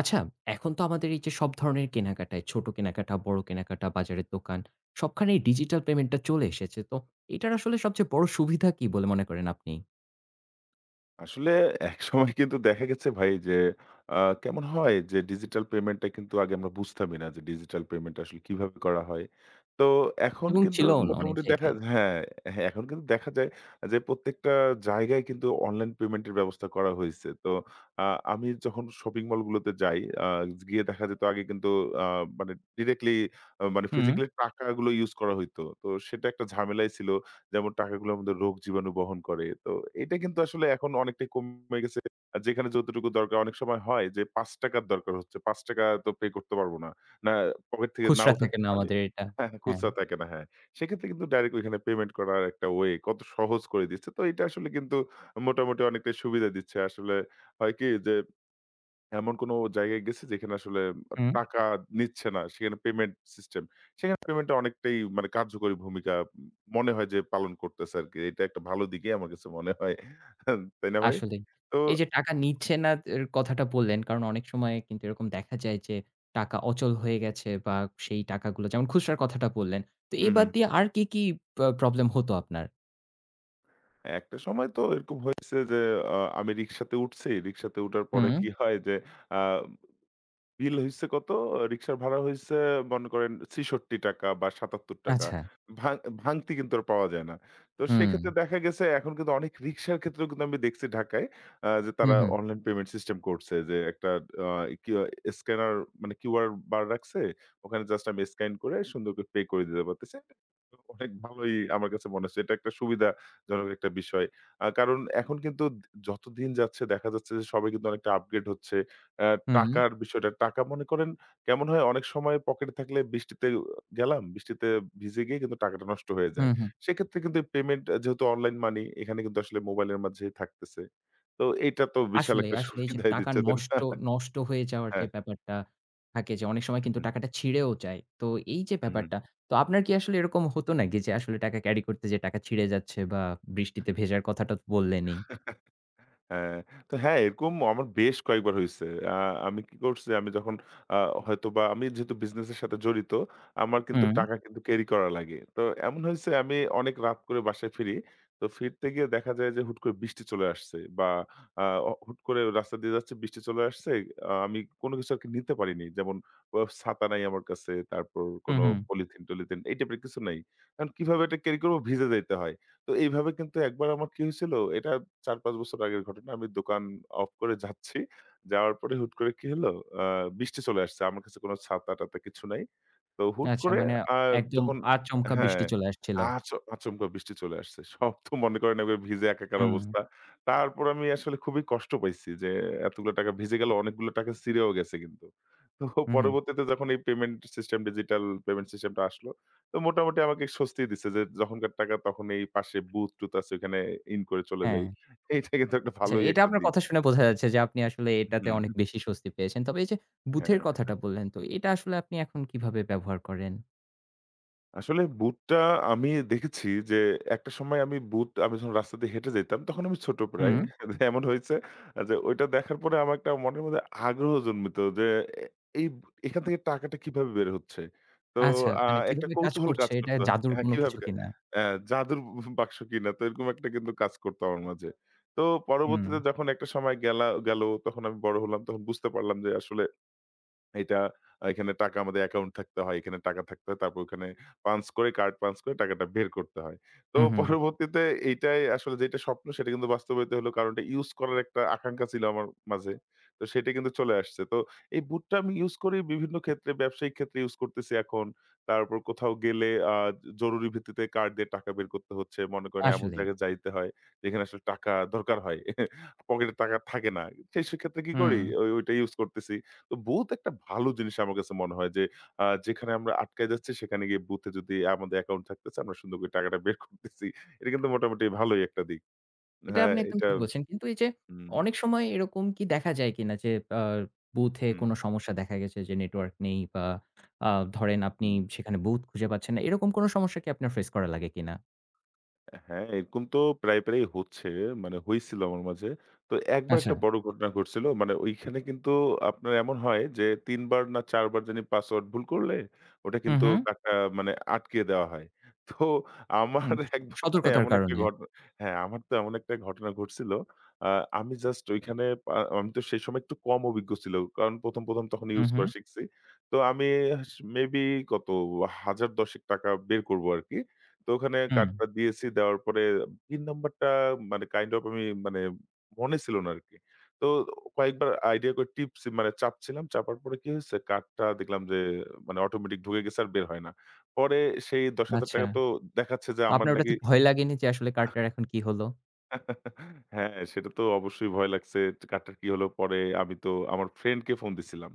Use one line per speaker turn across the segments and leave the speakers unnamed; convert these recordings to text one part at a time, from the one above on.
আচ্ছা, এখন তো আমাদের এই যে সব ধরনের কেনাকাটায়, ছোট কেনাকাটা, বড় কেনাকাটা, বাজারের দোকান, সবখানেই ডিজিটাল পেমেন্টটা চলে এসেছে। তো এটার আসলে সবচেয়ে বড় সুবিধা কি বলে মনে করেন আপনি?
আসলে একসময় কিন্তু দেখা গেছে ভাই যে আ কেমন হয় যে ডিজিটাল পেমেন্টটা কিন্তু আগে আমরা বুঝতামই না যে ডিজিটাল পেমেন্ট আসলে কিভাবে করা হয়। তো এখন
এবং
কিন্তু
ছিলও না অনেক
মোটামুটি দেখা,
জায়গায়।
হ্যাঁ, হ্যাঁ, এখন কিন্তু দেখা যায় যে প্রত্যেকটা জায়গায় কিন্তু অনলাইন পেমেন্টের ব্যবস্থা করা হইছে। তো আ আমি যখন শপিং মলগুলোতে যাই আ গিয়ে দেখা যেত আগে কিন্তু আ মানে ডিরেক্টলি মানে
হুম,
ফিজিক্যালি টাকাগুলো ইউস করা হইতো। তো সেটা একটা ঝামেলাই ছিল। যেমন টাকাগুলো আমাদের রোগ জীবাণু বহন করে। তো এটা কিন্তু আসলে এখন অনেকটাই কমে গেছে। আর যেখানে যতটুকু দরকার অনেক সময় হয় যে ৳৫ র দরকার হচ্ছে। ৳৫ তো পে করতে পারব না। না, পকেট থেকে
খুচরা
নাও
থাকে
থাকতে
না
পারে।
আমাদের এটা।
হ্যাঁ, হ্যাঁ,
হ্যাঁ,
খুচরা থাকে না, হ্যাঁ। সেক্ষেত্রে কিন্তু ডাইরেক্ট ওইখানে পেমেন্ট করার একটা ওয়ে কত সহজ করে দিচ্ছে। তো এটা আসলে কিন্তু মোটামুটি অনেকটাই সুবিধা দিচ্ছে। আসলে হয় কি যে এমন কোনো জায়গায় গেছি যেখানে আসলে
হুম,
টাকা নিচ্ছে না। সেখানে পেমেন্ট সিস্টেম। সেখানে পেমেন্টটা অনেকটাই মানে কার্যকরী ভূমিকা উম মনে হয় যে পালন করতেছে আরকি। এটা একটা ভালো দিকই আমার কাছে মনে হয়। তাই না ভাই?
আসলেই।
তো
এই যে টাকা নিচ্ছে না এর কথাটা বললেন, কারণ অনেক সময় কিন্তু এরকম দেখা যায় যে টাকা অচল হয়ে গেছে বা সেই টাকাগুলো যেমন খুচরার কথাটা বললেন। তো এ
হুম,
বাদ
হুম।
দিয়ে আর কি প্রবলেম হতো আপনার?
একটা সময় তো এরকম হয়েছে যে আমি রিক্সাতে উঠছি। রিক্সাতে উঠার পরে
হুম,
কি হয় যে আ বিল হইছে কত? রিক্সার ভাড়া হইছে মনে করেন ৳৬৬ বা ৳৭৭।
আচ্ছা।
ভাং ভাঙতি কিন্তু আর পাওয়া যায় না। তো
হুম,
সেক্ষেত্রে দেখা গেছে এখন কিন্তু অনেক রিক্সার ক্ষেত্রেও কিন্তু আমি দেখছি ঢাকায় যে
হু,
তারা
হু,
অনলাইন পেমেন্ট সিস্টেম করছে। যে একটা আ কিউ স্ক্যানার মানে কিউআর বার রাখছে। ওখানে জাস্ট আমি স্ক্যান করে সুন্দর করে পে করে দিতে পারতেছি। অনেক ভালোই আমার কাছে মনে হচ্ছে। এটা একটা সুবিধাজনক একটা বিষয়। কারণ এখন কিন্তু যত দিন যাচ্ছে দেখা যাচ্ছে যে সবাই কিন্তু অনেকটা আপগ্রেড হচ্ছে। অ্যা
হুম।
টাকার বিষয়টা, টাকা মনে করেন কেমন হয় অনেক সময় পকেটে থাকলে বৃষ্টিতে গেলাম, বৃষ্টিতে ভিজে গিয়ে কিন্তু টাকাটা নষ্ট হয়ে যায়।
হুম, হুম।
সেক্ষেত্রে কিন্তু পেমেন্ট যেহেতু অনলাইন, মানি এখানে কিন্তু আসলে মোবাইলের মাঝেই থাকতেছে। তো এইটা তো বিশাল
আসলেই,
একটা
আসলেই এই যে
সুবিধাই
টাকা
দিচ্ছে, তাই
নষ্ট
না?
নষ্ট হয়ে যাওয়ার যে
হ্যাঁ।
ব্যাপারটা থাকে যে অনেক সময়
হু,
কিন্তু
হু,
টাকাটা ছিঁড়েও যায়। তো এই যে
হু,
ব্যাপারটা, তো আপনার কি আসলে এরকম হতো নাকি যে আসলে টাকা ক্যারি করতে যেয়ে টাকা ছিঁড়ে যাচ্ছে বা বৃষ্টিতে ভেজার কথাটা তো বললেনই।
হু। হ্যাঁ, তো হ্যাঁ, এরকম আমার বেশ কয়েকবার হইছে। আ আমি কি করছি, আমি যখন আ হয়তোবা আমি যেহেতু বিজনেসের সাথে জড়িত, আমার কিন্তু
হুম,
টাকা কিন্তু ক্যারি করা লাগে। তো এমন হইছে আমি অনেক রাত করে বাসায় ফিরি। তো ফিরতে গিয়ে দেখা যায় যে হুট করে বৃষ্টি চলে আসছে বা আ অ হুট করে রাস্তা দিয়ে যাচ্ছি, বৃষ্টি চলে আসছে। আমি কোনো কিছু আরকি নিতে পারিনি। যেমন ছাতা নাই আমার কাছে, তারপর
হুম,
কোনো
হুম।
পলিথিন-টলিথিন এই টাইপের কিছু নাই। এখন কিভাবে এটা ক্যারি করব, ভিজে যাইতে হয়। তো এইভাবে কিন্তু একবার আমার কি হয়েছিল, এটা ৪-৫ বছর আগের ঘটনা। আমি দোকান অফ করে যাচ্ছি। যাওয়ার পরে হুট করে কি হলো? আ বৃষ্টি চলে আসছে। আমার কাছে কোনো ছাতা-টাতা কিছু নাই। তো হুট
আচ্ছা
করে
মানে
আ
একদম
যখন
আচমকা বৃষ্টি
হ্যাঁ,
চলে আসছিল।
আচ আচমকা বৃষ্টি চলে আসছে। সব তো মনে করেন একবারে ভিজে একাকার
হুম,
অবস্থা। তারপর আমি আসলে খুবই কষ্ট পাইছি যে এতগুলো টাকা ভিজে গেল, অনেকগুলো টাকা ছিঁড়েও গেছে কিন্তু। তো
হুম, হুম।
পরবর্তীতে যখন এই পেমেন্ট সিস্টেম, ডিজিটাল পেমেন্ট সিস্টেমটা আসলো, তো মোটামুটি আমাকে স্বস্তি দিচ্ছে যে যখনকার টাকা তখন, এই পাশে বুথ-টুথ আছে ওখানে ইন করে চলে
হ্যাঁ।
যাই। এইটা কিন্তু একটা
আচ্ছা
ভালোই
এটা
একটা
আপনার
দিক।
কথা শুনে বোঝা যাচ্ছে যে আপনি আসলে এটাতে
হুম।
অনেক বেশি স্বস্তি পেয়েছেন। তবে এই যে বুথের
হ্যাঁ,
কথাটা বললেন তো এটা আসলে আপনি এখন কিভাবে ব্যবহার করেন?
আসলে বুটটা আমি দেখেছি যে একটা সময়, আমি যখন রাস্তা দিয়ে হেঁটে যেতাম তখন আমি ছোট প্রায়।
হুম।
এমন হয়েছে যে ওইটা দেখার পরে আমার একটা মনের মধ্যে আগ্রহ জন্মিত যে এ এই এখান থেকে টাকাটা কিভাবে বের হচ্ছে? তো
আচ্ছা,
আ
মানে
একটা
কিভাবে কাজ
কৌতূহল
করছে
কাজ
এটা
করত।
জাদুর
হ্যাঁ,
কোনো
কিভাবে
কিছু
কা
কিনা।
অ্যা জাদুর বাক্স কিনা, তো এরকম একটা কিন্তু কাজ করত আমার মাঝে। তো
হুম,
পরবর্তীতে যখন একটা সময় গেল, তখন আমি বড় হলাম, তখন বুঝতে পারলাম যে আসলে এটা এখানে টাকা আমাদের অ্যাকাউন্ট থাকতে হয়। এখানে টাকা থাকতে হয়। তারপর ওখানে পাঞ্চ করে কার্ড পাঞ্চ করে টাকাটা বের করতে হয়। তো
হুম, হুম।
পরবর্তীতে এইটাই আসলে যেটা স্বপ্ন সেটা কিন্তু বাস্তবায়িত হলো। কারণ এটা ইউজ করার একটা আকাঙ্খা ছিল আমার মাঝে। তো সেটা কিন্তু চলে আসছে। তো এই বুটটা আমি ইউজ করি বিভিন্ন ক্ষেত্রে, ব্যবসায়িক ক্ষেত্রে ইউজ করতেছি এখন। তারপর কোথাও গেলে জরুরি ভিত্তিতে কার্ড দিয়ে টাকা বের করতে হচ্ছে। মনে করেন এমন
আসলেই।
জায়গায় যাইতে হয় যেখানে আসলে টাকা দরকার হয়। পকেটে টাকা থাকে না। সেক্ষেত্রে কি
হুম,
করি, ওইটা ইউজ করতেছি। তো বুথ একটা ভালো জিনিস আমার কাছে মনে হয় যে, যেখানে আমরা আটকায় যাচ্ছি সেখানে গিয়ে বুথে যদি আমাদের অ্যাকাউন্ট থাকতেছে, আমরা সুন্দর করে টাকাটা বের করতেছি। এটা কিন্তু মোটামুটি ভালোই একটা দিক।
এটা
হ্যাঁ,
আপনি একদম
এটা,
ঠিক বলছেন। কিন্তু এই যে
হুম,
অনেক সময় এরকম কি দেখা যায় কিনা যে আ বুথে
হুম,
কোনো সমস্যা দেখা গেছে যে নেটওয়ার্ক নেই বা আ ধরেন আপনি
হুম।
সেখানে বুথ খুঁজে পাচ্ছেন না। এরকম কোনো সমস্যা কি আপনার ফেস করা লাগে কিনা?
হ্যাঁ, এরকম তো প্রায়ই হচ্ছে। মানে হইছিল আমার মাঝে। তো একবার
আচ্ছা।
একটা বড় ঘটনা ঘটছিল। মানে ওইখানে কিন্তু আপনার এমন হয় যে ৩ বার না ৪ বার জানি পাসওয়ার্ড ভুল করলে ওটা
হুম,
কিন্তু
হুম,
কাটা মানে আটকে দেওয়া হয়। তো
হুম।
আমার একবার তো
সতর্কতার
এমন একটা
কারণে।
ঘটনা, হ্যাঁ, আমার তো এমন একটা ঘটনা ঘটছিল। আ আমি জাস্ট ওইখানে, আমি তো সেই সময় একটু কম অভিজ্ঞ ছিল। কারণ ১ম তখন
হুম,
ইউজ
হুম,
করা শিখছি। তো আমি মেবি কত, ৳১০০০-১০০০ বের করব আরকি। তো ওখানে
হুম।
কার্ডটা দিয়েছি। দেওয়ার পরে পিন নাম্বারটা মানে কাইন্ড অফ আমি মানে মনে ছিল না আরকি। তো কয়েকবার আইডিয়া করে টিপছি, মানে চাপছিলাম। চাপার পরে কি হয়েছে? কার্ডটা দেখলাম যে মানে অটোমেটিক ঢুকে গেছে আর বের হয় না। পরে সেই ৳১০,০০০
আচ্ছা।
তো দেখাচ্ছে যে
তো
আমার
আপনার ওটাতে
নাকি,
ভয় লাগেনি যে আসলে কার্ডটার এখন কি হলো?
হ্যাঁ, সেটা তো অবশ্যই ভয় লাগছে। কারটার কি হলো? পরে আমি তো আমার ফ্রেন্ডকে ফোন দিছিলাম।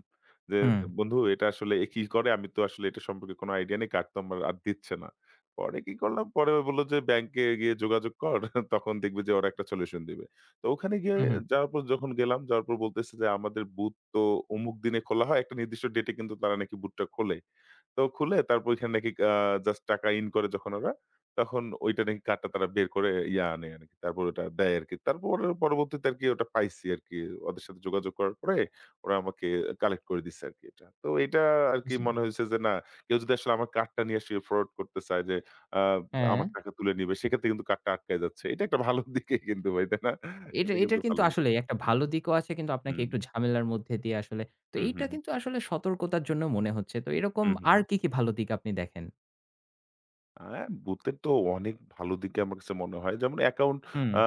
যে,
হুম,
"বন্ধু এটা আসলে এ কি করে? আমি তো আসলে এটা সম্পর্কে কোনো আইডিয়া নেই। কার্ড তো আমার আর দিচ্ছে না।" পরে কি করলাম? পরে বলল যে, "ব্যাংকে গিয়ে যোগাযোগ কর। তখন দেখবি যে ওরা একটা সলিউশন দিবে।" তো ওখানে গিয়ে,
হুম, হুম।
যাওয়ার পর যখন গেলাম, যাওয়ার পর বলতেছে যে, "আমাদের বুথ তো অমুক দিনে খোলা হয়। একটা নির্দিষ্ট ডেটে কিন্তু তারা নাকি বুথটা খোলে।" তো খুলে তারপর ওইখানে নাকি জাস্ট টাকা ইন করে যখন ওরা, তখন ওইটা নাকি কার্ডটা তারা বের করে ইয়া আনে আরকি। তারপর ওটা দেয় আরকি। তারপর পরবর্তীতে আরকি ওটা পাইছি আরকি। ওদের সাথে যোগাযোগ করার পরে ওরা আমাকে কালেক্ট করে দিছে আরকি এটা। তো এটা আরকি
বুঝতে পেরেছি।
মনে হইছে যে না, কেউ যদি আসলে আমার কার্ডটা নিয়ে আসলে ফ্রড করতে চায় যে আ
হ্যাঁ।
আমার টাকা তুলে নিবে, সেক্ষেত্রে কিন্তু কার্ডটা আটকায় যাচ্ছে। এটা একটা ভালো দিকেই কিন্তু ভাই, তাই না?
এটা
এটা
এটার
কিন্তু
কিন্তু
ভালোই।
আসলেই একটা ভালো দিকও আছে কিন্তু আপনাকে
হুম।
একটু ঝামেলার মধ্যে দিয়ে আসলে তো
হুম, হুম,
এইটা
হুম।
কিন্তু আসলে সতর্কতার জন্য মনে হচ্ছে। তো এরকম
হুম, হুম,
আর
হুম।
কি, কি ভালো দিক আপনি দেখেন?
হ্যাঁ, বুথের তো অনেক ভালো দিকে আমার কাছে মনে হয়। যেমন অ্যাকাউন্ট,
হুম,
আ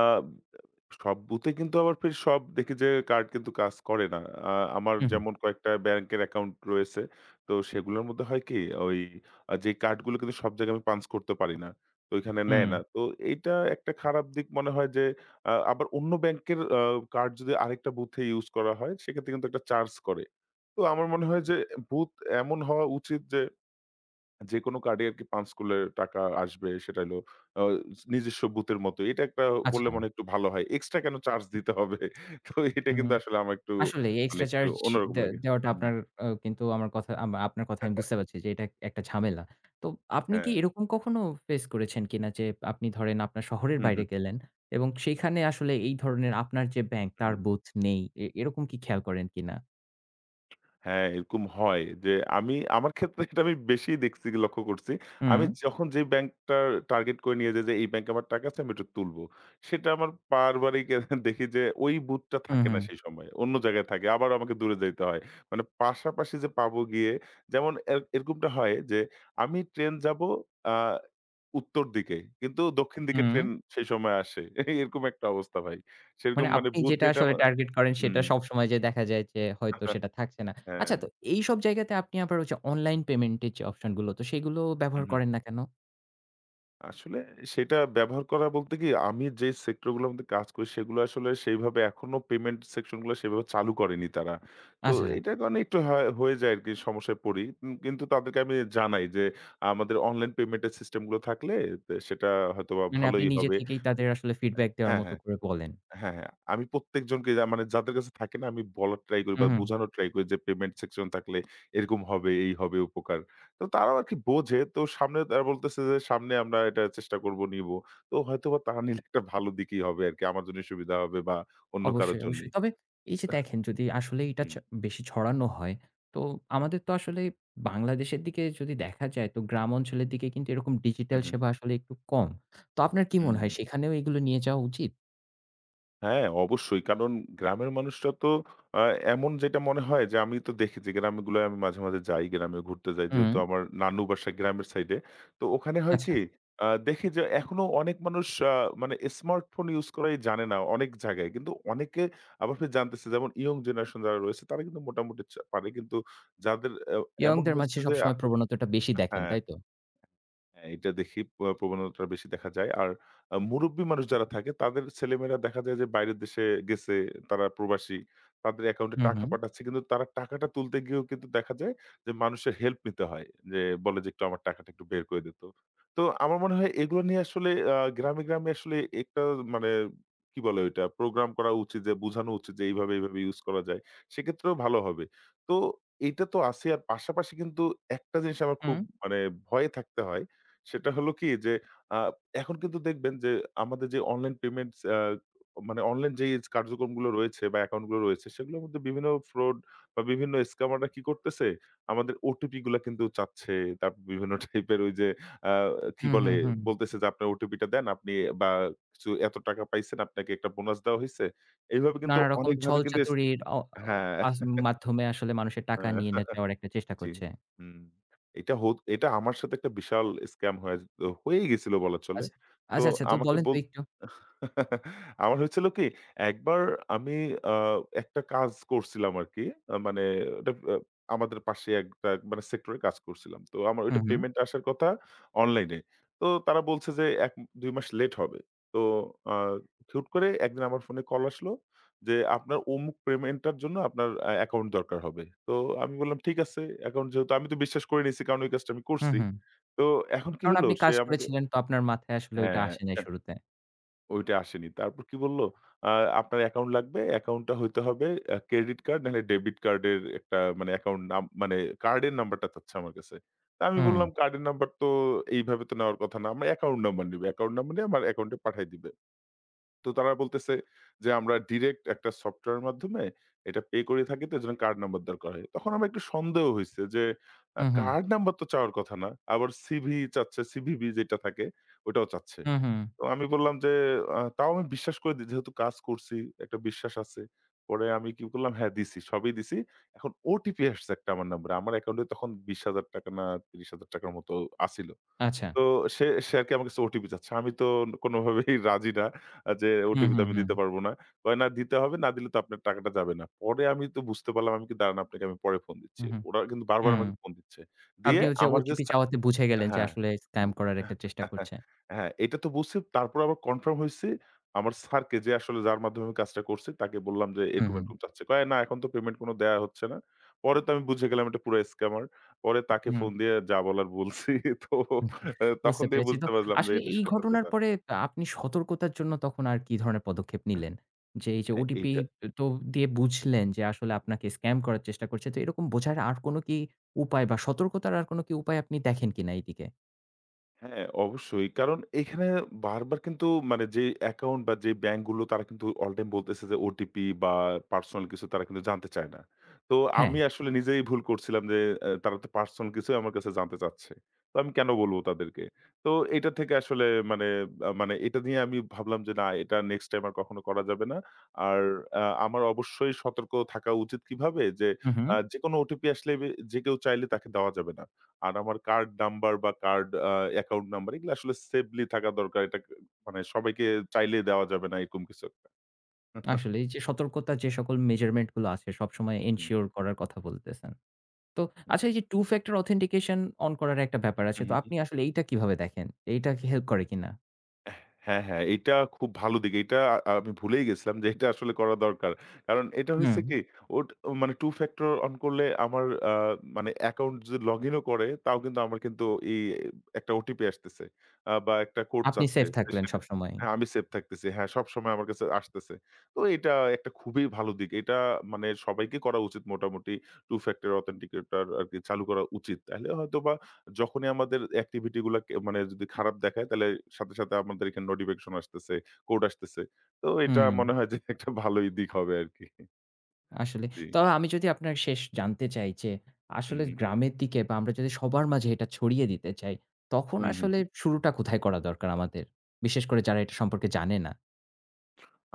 সব বুথে কিন্তু আবার ফির সব দেখি যে কার্ড কিন্তু কাজ করে না। আ আমার
হু, হু,
যেমন কয়েকটা ব্যাংকের অ্যাকাউন্ট রয়েছে। তো সেগুলোর মধ্যে হয় কি, ওই আ যে কার্ডগুলো কিন্তু সব জায়গায় আমি পাঞ্চ করতে পারি না। তো ওইখানে
হুম,
নেয় না। তো এইটা একটা খারাপ দিক মনে হয় যে আবার অন্য ব্যাংকের কার্ড যদি আরেকটা বুথে ইউজ করা হয় সেক্ষেত্রে কিন্তু একটা চার্জ করে। তো আমার মনে হয় যে বুথ এমন হওয়া উচিত যে যেকোনো কার্ডে আরকি পাঞ্চ করলে টাকা আসবে, সেটা হলো আ নিজস্ব বুথের মতো। এটা একটা করলে
আচ্ছা।
মনে হয় একটু ভালো হয়। এক্সট্রা কেন চার্জ দিতে হবে? তো এটা
হুম,
কিন্তু আসলে আমার একটু,
আসলেই
মানে
এক্সট্রা
একটু
চার্জ
অন্যরকম লাগে।
দেওয়াটা
হুম।
আপনার কিন্তু আমার কথা আপনার কথা আমি বুঝতে পারছি যে এটা একটা ঝামেলা। তো আপনি কি
হ্যাঁ।
এরকম কখনো ফেস করেছেন কিনা যে আপনি ধরেন আপনার শহরের
হু, হু,
বাইরে গেলেন এবং সেইখানে আসলে এই ধরনের আপনার যে ব্যাংক
হু,
তার
হু।
বোধ নেই। এরকম কি খেয়াল করেন কিনা?
হ্যাঁ, এরকম হয় যে আমি, আমার ক্ষেত্রে এটা আমি বেশি দেখছি, লক্ষ্য করছি।
হুম,
আমি যখন যেই ব্যাংকটা টার্গেট করে নিয়ে যাই যে এই ব্যাংকে আমার টাকা আছে আমি এটা তুলবো। সেটা আমার বারবারই দেখি যে ওই বুথটা
হু,
থাকে
হু,
না সেই সময়। অন্য জায়গায় থাকে। আবার আমাকে দূরে যাইতে হয়। মানে পাশাপাশি যে পাবো গিয়ে, যেমন এরকমটা হয় যে আমি ট্রেন যাবো আ উত্তর দিকে। কিন্তু দক্ষিণ দিকে
হুম।
ট্রেন সেই সময় আসে। এরকম একটা অবস্থা ভাই।
মানে
সেরকম মানে
আপনি
বুথ
যেটা
যেটা
আসলে
আমার,
টার্গেট করেন সেটা
হুম।
সবসময় যে দেখা যায় যে হয়তো সেটা থাকছে না।
হ্যাঁ।
আচ্ছা তো এইসব জায়গাতে আপনি আবার ওই যে অনলাইন পেমেন্ট এর যে অপশন গুলো তো সেগুলো
হু,
ব্যবহার
হু।
করেন না কেন?
আসলে সেটা ব্যবহার করা বলতে কি, আমি যে সেক্টর গুলোর মধ্যে কাজ করি, সেগুলো আসলে সেইভাবে এখনো পেমেন্ট সেকশন গুলো সেভাবে চালু করেনি তারা। তো
আচ্ছা,
এটার কারণে একটু হয়ে যায় আরকি, সমস্যায় পড়ি। কিন্তু তাদেরকে আমি জানাই যে, আমাদের অনলাইন পেমেন্ট এর সিস্টেম গুলো থাকলে সেটা হয়তোবা
মানে আপনি
ভালোই
নিজে
হবে।
থেকেই তাদের আসলে ফিডব্যাক দেওয়ার
হ্যাঁ,
মতো
হ্যাঁ।
করে বলেন।
হ্যাঁ, হ্যাঁ। আমি প্রত্যেকজনকে যা, মানে যাদের কাছে থাকে না আমি বলার ট্রাই করি
হুম,
বা
হুম।
বুঝানোর ট্রাই করি যে পেমেন্ট সেকশন থাকলে এরকম হবে, এই হবে উপকার। তো তারাও আরকি বোঝে। তো সামনে তারা বলতেছে যে সামনে আমরা এটা চেষ্টা করব, নিব। তো হয়তোবা তারা নিলে একটা ভালো দিকেই হবে আরকি। আমার জন্যই সুবিধা হবে বা অন্য কারো
অবশ্যই, অবশ্যই।
জন্যই।
তবে এই যে দেখেন যদি আসলে এটা
হুম,
বেশি ছড়ানো হয় তো আমাদের তো আসলে বাংলাদেশের দিকে যদি দেখা যায় তো গ্রাম অঞ্চলের দিকে কিন্তু এরকম
হু,
ডিজিটাল
হু,
সেবা আসলে একটু কম। তো আপনার কি মনে
হুম।
হয় সেখানেও এগুলো নিয়ে যাওয়া উচিত?
হ্যাঁ, অবশ্যই। কারণ গ্রামের মানুষরা তো, আ এমন যেটা মনে হয় যে, আমি তো দেখেছি গ্রামগুলোয়, আমি মাঝে, মাঝে যাই, গ্রামে ঘুরতে যাই।
হুম,
যেহেতু আমার নানু বাসা গ্রামের সাইডে। তো ওখানে হয়
আচ্ছা।
কি, দেখি যে এখনো অনেক মানুষ আ মানে স্মার্টফোন ইউজ করাই জানে না অনেক জায়গায়। কিন্তু অনেকে আবার ফের জানতেছে, যেমন ইয়ং জেনারেশন যারা রয়েছে তারা কিন্তু মোটামুটি চা পারে। কিন্তু যাদের এ
ইয়ং
এমন
দের মাঝে
হয়েছে যে আ
সবসময় প্রবণতাটা বেশি দেখেন,
হ্যাঁ।
তাই তো?
হ্যাঁ, এটা দেখি প্রবণতাটা বেশি দেখা যায়। আর মুরুব্বি মানুষ যারা থাকে তাদের ছেলেমেয়েরা দেখা যায় যে বাইরের দেশে গেছে, তারা প্রবাসী। তাদের অ্যাকাউন্টে
হুম,
টাকা
হুম।
পাঠাচ্ছে। কিন্তু তারা টাকাটা তুলতে গিয়েও কিন্তু দেখা যায় যে মানুষের হেল্প নিতে হয়। যে বলে যে একটু আমার টাকাটা একটু বের করে দিত। তো আমার মনে হয় এগুলো নিয়ে আসলে গ্রামে, গ্রামে আসলে একটা মানে কি বলে ওইটা প্রোগ্রাম করা উচিত, যে বুঝানো উচিত যে এইভাবে, এইভাবে ইউজ করা যায়। সেক্ষেত্রেও ভালো হবে। তো এটা তো আছে, আর পাশাপাশি কিন্তু একটা জিনিস আমার খুব
হুম,
মানে ভয়ে থাকতে হয়, সেটা হলো কি যে আ এখন কিন্তু দেখবেন যে আমাদের যে অনলাইন পেমেন্টস, আ মানে অনলাইন যেই কার্যক্রমগুলো রয়েছে বা অ্যাকাউন্ট গুলো রয়েছে সেগুলোর মধ্যে বিভিন্ন ফ্রড বা বিভিন্ন স্ক্যামাররা কি করতেছে? আমাদের ওটিপি গুলা কিন্তু চাচ্ছে। তারপর বিভিন্ন টাইপের ওই যে আ কি
হুম,
বলে?
হুম, হুম।
বলতেছে যে আপনার ওটিপিটা দেন আপনি, বা কিছু এত টাকা পাইছেন, আপনাকে একটা বোনাস দেওয়া হইছে। এইভাবে কিন্তু
নানা রকম
অনেকভাবে কিন্তু এস।
ছলচাতুরির অ আ
হ্যাঁ।
আস মাধ্যমে আসলে মানুষের টাকা নিয়ে যাওয়ার একটা চেষ্টা
জি।
করছে।
হুম। এটা এটা আমার সাথে একটা বিশাল স্কাম হয়েই গেছিল বলা চলে।
আচ্ছা,
তো
আচ্ছা, আচ্ছা, তো
আমাকে
বলেন তো
বল
একটু।
আমার হয়েছিল কি, একবার আমি আ একটা কাজ করছিলাম আরকি। আ মানে ওটা আমাদের পাশে একটা মানে সেক্টরে কাজ করছিলাম। তো আমার
হুম,
ওইটা
হুম,
পেমেন্ট আসার কথা অনলাইনে। তো তারা বলছে যে ১ ২ মাস লেট হবে। তো আ হুট করে একদিন আমার ফোনে কল আসলো যে, "আপনার অমুক পেমেন্টটার জন্য আপনার অ্যাকাউন্ট দরকার হবে।" তো আমি বললাম, "ঠিক আছে, অ্যাকাউন্ট যেহেতু।" আমি তো বিশ্বাস করে নিয়েছি, কারণ ওই কাজটা আমি
হুম,
করছি।
হুম।
তো এখন কি
কারণ
হলো,
আপনি
সে
কাজ
আমাকে।
করেছিলেন তো আপনার মাথায় আসলে ওইটা আসে নাই
হ্যাঁ।
শুরুতে।
ওইটা আসেনি। তারপর কি বলল? আ আপনার অ্যাকাউন্ট লাগবে। অ্যাকাউন্টটা হইতে হবে ক্রেডিট কার্ড নাহলে ডেবিট কার্ডের একটা মানে অ্যাকাউন্ট নাম মানে কার্ডের নাম্বারটা চাচ্ছে আমার কাছে। তা আমি
হুম,
বললাম, "কার্ডের নাম্বার তো এইভাবে তো নেওয়ার কথা না। আমরা অ্যাকাউন্ট নাম্বার নিব। অ্যাকাউন্ট নাম্বার নিয়ে আমার অ্যাকাউন্টে পাঠায় দিবে।" তো তারা বলতেছে যে, "আমরা ডিরেক্ট একটা সফটওয়্যারের মাধ্যমে এটা পে করে থাকি, তো এজন্য কার্ড নাম্বার দরকার হয়।" তখন আমার একটু সন্দেহ হইছে যে,
হুম, হুম,
কার্ড নাম্বার তো চাওয়ার কথা না। আবার চাচ্ছে, সিভিভি যেটা থাকে ওটাও চাচ্ছে।
হুম, হুম।
তো আমি বললাম যে, তাও আমি বিশ্বাস করে দিই, যেহেতু কাজ করছি, একটা বিশ্বাস আছে। পরে আমি কি করলাম? হ্যাঁ, দিছি। সবই দিছি। এখন ওটিপি আসছে একটা আমার নম্বরে। আমার অ্যাকাউন্টে তখন ৳২০,০০০ না ৳30,000 র মতো আছিল।
আচ্ছা।
তো সে সে আরকি আমার কাছে ওটিপি চাচ্ছে। আমি তো কোনোভাবেই রাজি না, যে
হুম,
ওটিপি তো
হুম,
আমি
হুম,
দিতে পারবো না। কয়, "না দিতে হবে, না দিলে তো আপনার টাকাটা যাবে না।" পরে আমি তো বুঝতে পারলাম, আমি কি, "দাঁড়ান, আপনাকে আমি পরে ফোন
হুম,
দিচ্ছি।"
হুম,
ওরা কিন্তু বারবার
হুম।
আমাকে ফোন দিচ্ছে। দিয়ে
আপনি হচ্ছে
আমার যে।
ওটিপি চাওয়াতে বুঝে গেলেন যে
হ্যাঁ।
আসলে স্কাম
বু
করার একটা চেষ্টা করছে।
হ্যাঁ, এটা তো বুঝছি। তারপর আবার কনফার্ম হইছি। আমার স্যারকে, যে আসলে যার মাধ্যমে আমি কাজটা করছি, তাকে বললাম যে
হুম,
এরকম,
হুম,
এরকম চাচ্ছে। কয়, "না, এখন তো পেমেন্ট কোনো দেয়া হচ্ছে না।" পরে তো আমি বুঝে গেলাম এটা পুরা স্ক্যামার। পরে তাকে
হুম।
ফোন দিয়ে যা বলার বলছি। তো আ তখন
বুঝতে
থেকে
পেরেছি। তো
বুঝতে পারলাম যে
আসলে
এটা
এই ঘটনার
সতর্কতা।
পরে আপনি সতর্কতার জন্য তখন আর কি ধরনের পদক্ষেপ নিলেন? যে এই যে ওটিপি
এইটা।
তো দিয়ে বুঝলেন যে আসলে আপনাকে স্ক্যাম করার চেষ্টা করছে। তো এরকম বোঝার আর কোনো কি উপায় বা সতর্কতার আর কোনো কি উপায় আপনি দেখেন কিনা এইদিকে?
হ্যাঁ, অবশ্যই। কারণ এখানে বারবার কিন্তু মানে যে অ্যাকাউন্ট বা যে ব্যাংকগুলো, তারা কিন্তু অল টাইম বলতেছে যে ওটিপি বা পার্সোনাল কিছু তারা কিন্তু জানতে চায় না। তো
হ্যাঁ।
আমি আসলে নিজেই ভুল করছিলাম যে তারা তো পার্সোনাল কিছুই আমার কাছে জানতে চাচ্ছে। তো আমি কেন বলব তাদেরকে? তো এটা থেকে আসলে মানে আ মানে এটা নিয়ে আমি ভাবলাম যে না, এটা নেক্সট টাইম আর কখনো করা যাবে না। আর আমার অবশ্যই সতর্ক থাকা উচিত। কিভাবে? যে
হু, হু।
যেকোনো ওটিপি আসলে যে কেউ চাইলে তাকে দেওয়া যাবে না। আর আমার কার্ড নাম্বার বা কার্ড অ্যাকাউন্ট নাম্বার এগুলো আসলে সেফলি থাকা দরকার। এটা মানে সবাইকে চাইলেই দেওয়া যাবে না, এরকম কিছু একটা।
আসলে এই যে সতর্কতার যে সকল মেজারমেন্ট গুলো আছে সবসময়
হুম,
এনশিওর করার কথা বলতেছেন। তো আচ্ছা এই যে টু ফ্যাক্টর অথেন্টিকেশন অন করার একটা ব্যাপার আছে।
হুম,
তো
হুম।
আপনি আসলে এইটা কিভাবে দেখেন? এইটা কি হেল্প করে কিনা?
অ্যাহ। হ্যাঁ, হ্যাঁ, এটা খুব ভালো দিক। এটা আমি ভুলেই গেছিলাম যে এটা আসলে করা দরকার। কারণ এটা
হুম,
হইছে কি, ওট মানে 2 factor on করলে আমার আ মানে অ্যাকাউন্ট যদি লগইন ও করে, তাও কিন্তু আমার কিন্তু এই একটা ওটিপি আসতেছে। বা একটা কোড
আপনি
চাচ্ছে।
সেফ
তো
থাকলেন
সেটা।
সবসময়।
হ্যাঁ, আমি সেফ থাকতেছি। হ্যাঁ, সবসময় আমার কাছে আসতেছে। তো এটা একটা খুবই ভালো দিক। এটা মানে সবাইকে করা উচিত, মোটামুটি 2 factor authenticator আরকি চালু করা উচিত। তাইলে হয়তোবা যখনই আমাদের অ্যাক্টিভিটি গুলা কে মানে যদি খারাপ দেখায়, তাহলে সাথে, সাথে আমাদের এখানে নোটিফিকেশন আসতেছে, কোড আসতেছে। তো এটা
হুম।
মনে হয় যে একটা ভালোই দিক হবে আরকি।
আসলে।
জি।
তবে আমি যদি আপনার শেষ জানতে চাই যে,
হু,
আসলে
হু।
গ্রামের দিকে বা আমরা যদি সবার মাঝে এটা ছড়িয়ে দিতে চাই, তখন
হু, হু।
আসলে শুরুটা কোথায় করা দরকার আমাদের? বিশেষ করে যারা এটা সম্পর্কে জানে না।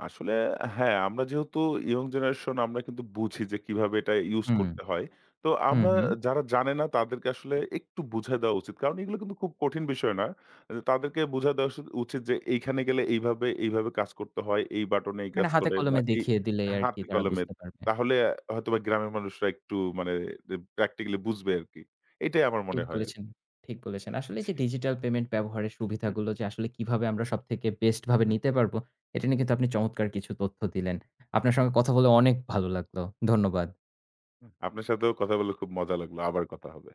আসলে। হ্যাঁ, আমরা যেহেতু ইয়ং জেনারেশন, আমরা কিন্তু বুঝি যে কিভাবে এটা ইউজ
হুম,
করতে হয়। তো
হুম,
আমরা
হুম।
যারা জানে না তাদেরকে আসলে একটু বুঝায় দেওয়া উচিত। কারণ এগুলো কিন্তু খুব কঠিন বিষয় না। যে তাদেরকে বুঝায় দেওয়া উচিত উচিত যে এইখানে গেলে এইভাবে, এইভাবে কাজ করতে হয়। এই বাটনে এই
মানে
কাজ
হাতে
করে, বা
কলমে
এই
দেখিয়ে দিলে আরকি
হাতে
তারা
কলমে।
বুঝতে পারবে।
তাহলে হয়তোবা গ্রামের মানুষরা একটু মানে প্র্যাকটিক্যালি বুঝবে আরকি। এটাই আমার
ঠিক
মনে হয়।
বলেছেন, ঠিক বলেছেন। আসলে এই
জি।
যে ডিজিটাল পেমেন্ট ব্যবহারের
হুম,
সুবিধাগুলো যে আসলে কিভাবে আমরা সবথেকে বেস্ট ভাবে
হুম।
নিতে পারবো, এটা নিয়ে কিন্তু আপনি চমৎকার কিছু তথ্য দিলেন। আপনার সঙ্গে কথা বলে অনেক ভালো লাগলো। ধন্যবাদ।
আপনার সাথেও কথা বলে খুব মজা লাগলো। আবার কথা হবে।